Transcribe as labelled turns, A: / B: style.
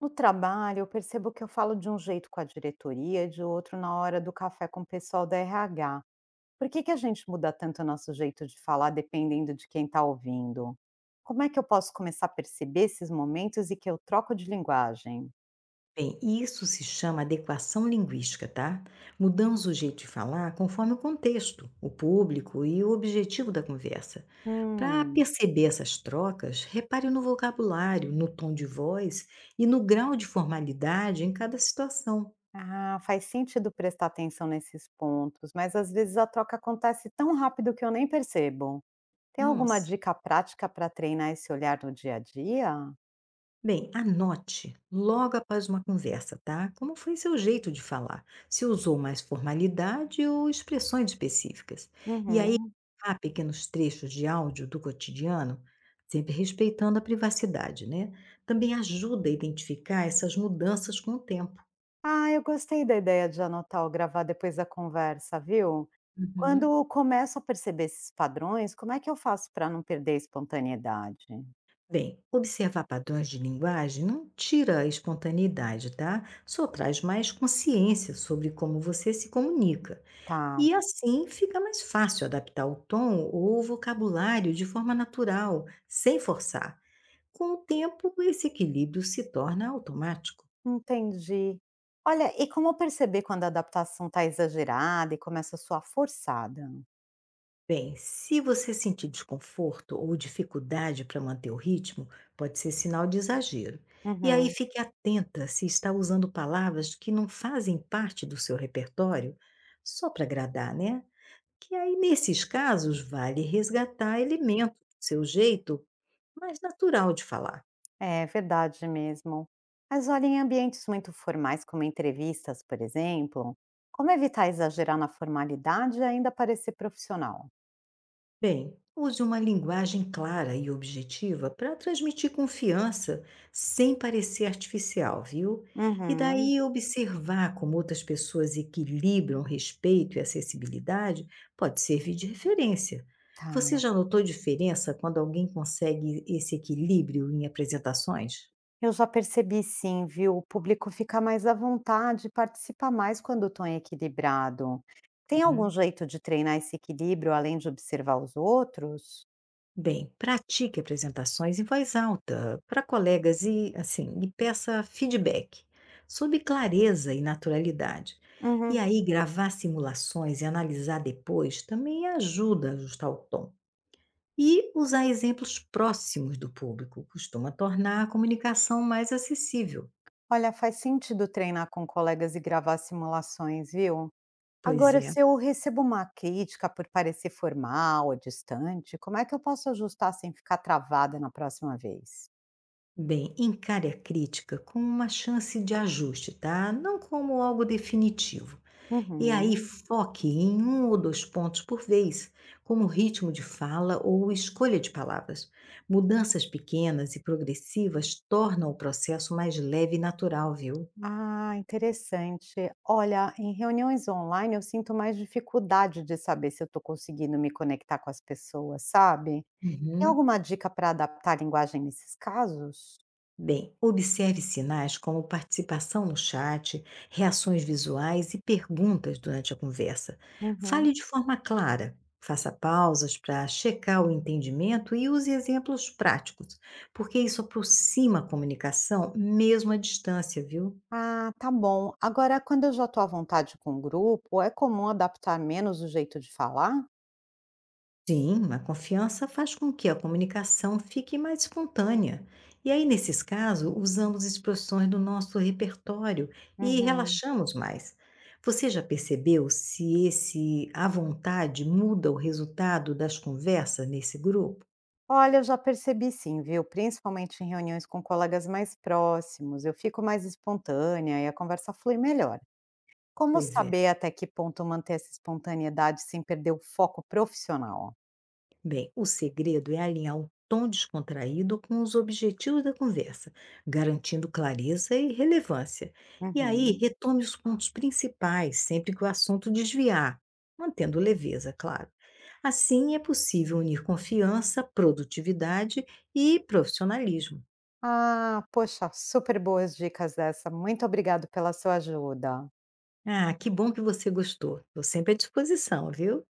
A: No trabalho, eu percebo que eu falo de um jeito com a diretoria e de outro na hora do café com o pessoal da RH. Por que, que a gente muda tanto o nosso jeito de falar dependendo de quem está ouvindo? Como é que eu posso começar a perceber esses momentos e que eu troco de linguagem?
B: Bem, isso se chama adequação linguística, tá? Mudamos o jeito de falar conforme o contexto, o público e o objetivo da conversa. Para
A: Hum,
B: perceber essas trocas, repare no vocabulário, no tom de voz e no grau de formalidade em cada situação.
A: ah, faz sentido prestar atenção nesses pontos, mas às vezes a troca acontece tão rápido que eu nem percebo. Tem alguma
B: Nossa!
A: dica prática para treinar esse olhar no dia a dia?
B: Bem, anote logo após uma conversa, tá? Como foi seu jeito de falar? Se usou mais formalidade ou expressões específicas? E aí,
A: Uhum.
B: há pequenos trechos de áudio do cotidiano, sempre respeitando a privacidade, né? Também ajuda a identificar essas mudanças com o tempo.
A: Ah, eu gostei da ideia de anotar ou gravar depois da conversa, viu? Quando
B: Uhum.
A: eu começo a perceber esses padrões, como é que eu faço para não perder a espontaneidade?
B: Bem, observar padrões de linguagem não tira a espontaneidade, tá? Só traz mais consciência sobre como você se comunica.
A: Tá,
B: E assim fica mais fácil adaptar o tom ou o vocabulário de forma natural, sem forçar. Com o tempo, esse equilíbrio se torna automático.
A: entendi. Olha, e como perceber quando a adaptação está exagerada e começa a soar forçada?
B: Bem, se você sentir desconforto ou dificuldade para manter o ritmo, pode ser sinal de exagero. E aí
A: Uhum,
B: fique atenta se está usando palavras que não fazem parte do seu repertório, só para agradar, né? Que aí, nesses casos, vale resgatar elementos do seu jeito mais natural de falar.
A: é verdade mesmo. Mas olha, em ambientes muito formais, como entrevistas, por exemplo, como evitar exagerar na formalidade e ainda parecer profissional?
B: Bem, use uma linguagem clara e objetiva para transmitir confiança sem parecer artificial, viu? E
A: Uhum,
B: daí observar como outras pessoas equilibram respeito e acessibilidade pode servir de referência. Você
A: tá.
B: já notou diferença quando alguém consegue esse equilíbrio em apresentações?
A: Eu já percebi sim, viu? O público fica mais à vontade e participa mais quando o tom é equilibrado. Tem algum
B: Uhum.
A: jeito de treinar esse equilíbrio além de observar os outros?
B: Bem, pratique apresentações em voz alta para colegas e, assim, e peça feedback sobre clareza e naturalidade. E
A: Uhum.
B: aí, gravar simulações e analisar depois também ajuda a ajustar o tom. E usar exemplos próximos do público costuma tornar a comunicação mais acessível.
A: Olha, faz sentido treinar com colegas e gravar simulações, viu?
B: Pois
A: Agora,
B: é.
A: se eu recebo uma crítica por parecer formal ou distante, como é que eu posso ajustar sem ficar travada na próxima vez?
B: Bem, encare a crítica como uma chance de ajuste, tá? Não como algo definitivo. E aí
A: Uhum.
B: foque em um ou dois pontos por vez, como ritmo de fala ou escolha de palavras. Mudanças pequenas e progressivas tornam o processo mais leve e natural, viu?
A: Ah, interessante. Olha, em reuniões online eu sinto mais dificuldade de saber se eu estou conseguindo me conectar com as pessoas, sabe? Tem
B: Uhum.
A: alguma dica para adaptar a linguagem nesses casos?
B: Bem, observe sinais como participação no chat, reações visuais e perguntas durante a conversa.
A: Uhum.
B: Fale de forma clara, faça pausas para checar o entendimento e use exemplos práticos, porque isso aproxima a comunicação mesmo à distância, viu?
A: Ah, tá bom. Agora, quando eu já estou à vontade com o grupo, é comum adaptar menos o jeito de falar?
B: Sim, a confiança faz com que a comunicação fique mais espontânea. E aí, nesses casos, usamos expressões do nosso repertório e
A: Uhum.
B: relaxamos mais. Você já percebeu se esse à vontade muda o resultado das conversas nesse grupo?
A: Olha, eu já percebi sim, viu? Principalmente em reuniões com colegas mais próximos, eu fico mais espontânea e a conversa flui melhor. Como
B: Pois é.
A: saber até que ponto manter essa espontaneidade sem perder o foco profissional?
B: Bem, o segredo é alinhar o tom descontraído com os objetivos da conversa, garantindo clareza e relevância. E aí,
A: Uhum.
B: retome os pontos principais sempre que o assunto desviar, mantendo leveza, claro. Assim, é possível unir confiança, produtividade e profissionalismo.
A: Ah, poxa, super boas dicas dessa. Muito obrigado pela sua ajuda.
B: Ah, que bom que você gostou. Estou sempre à disposição, viu?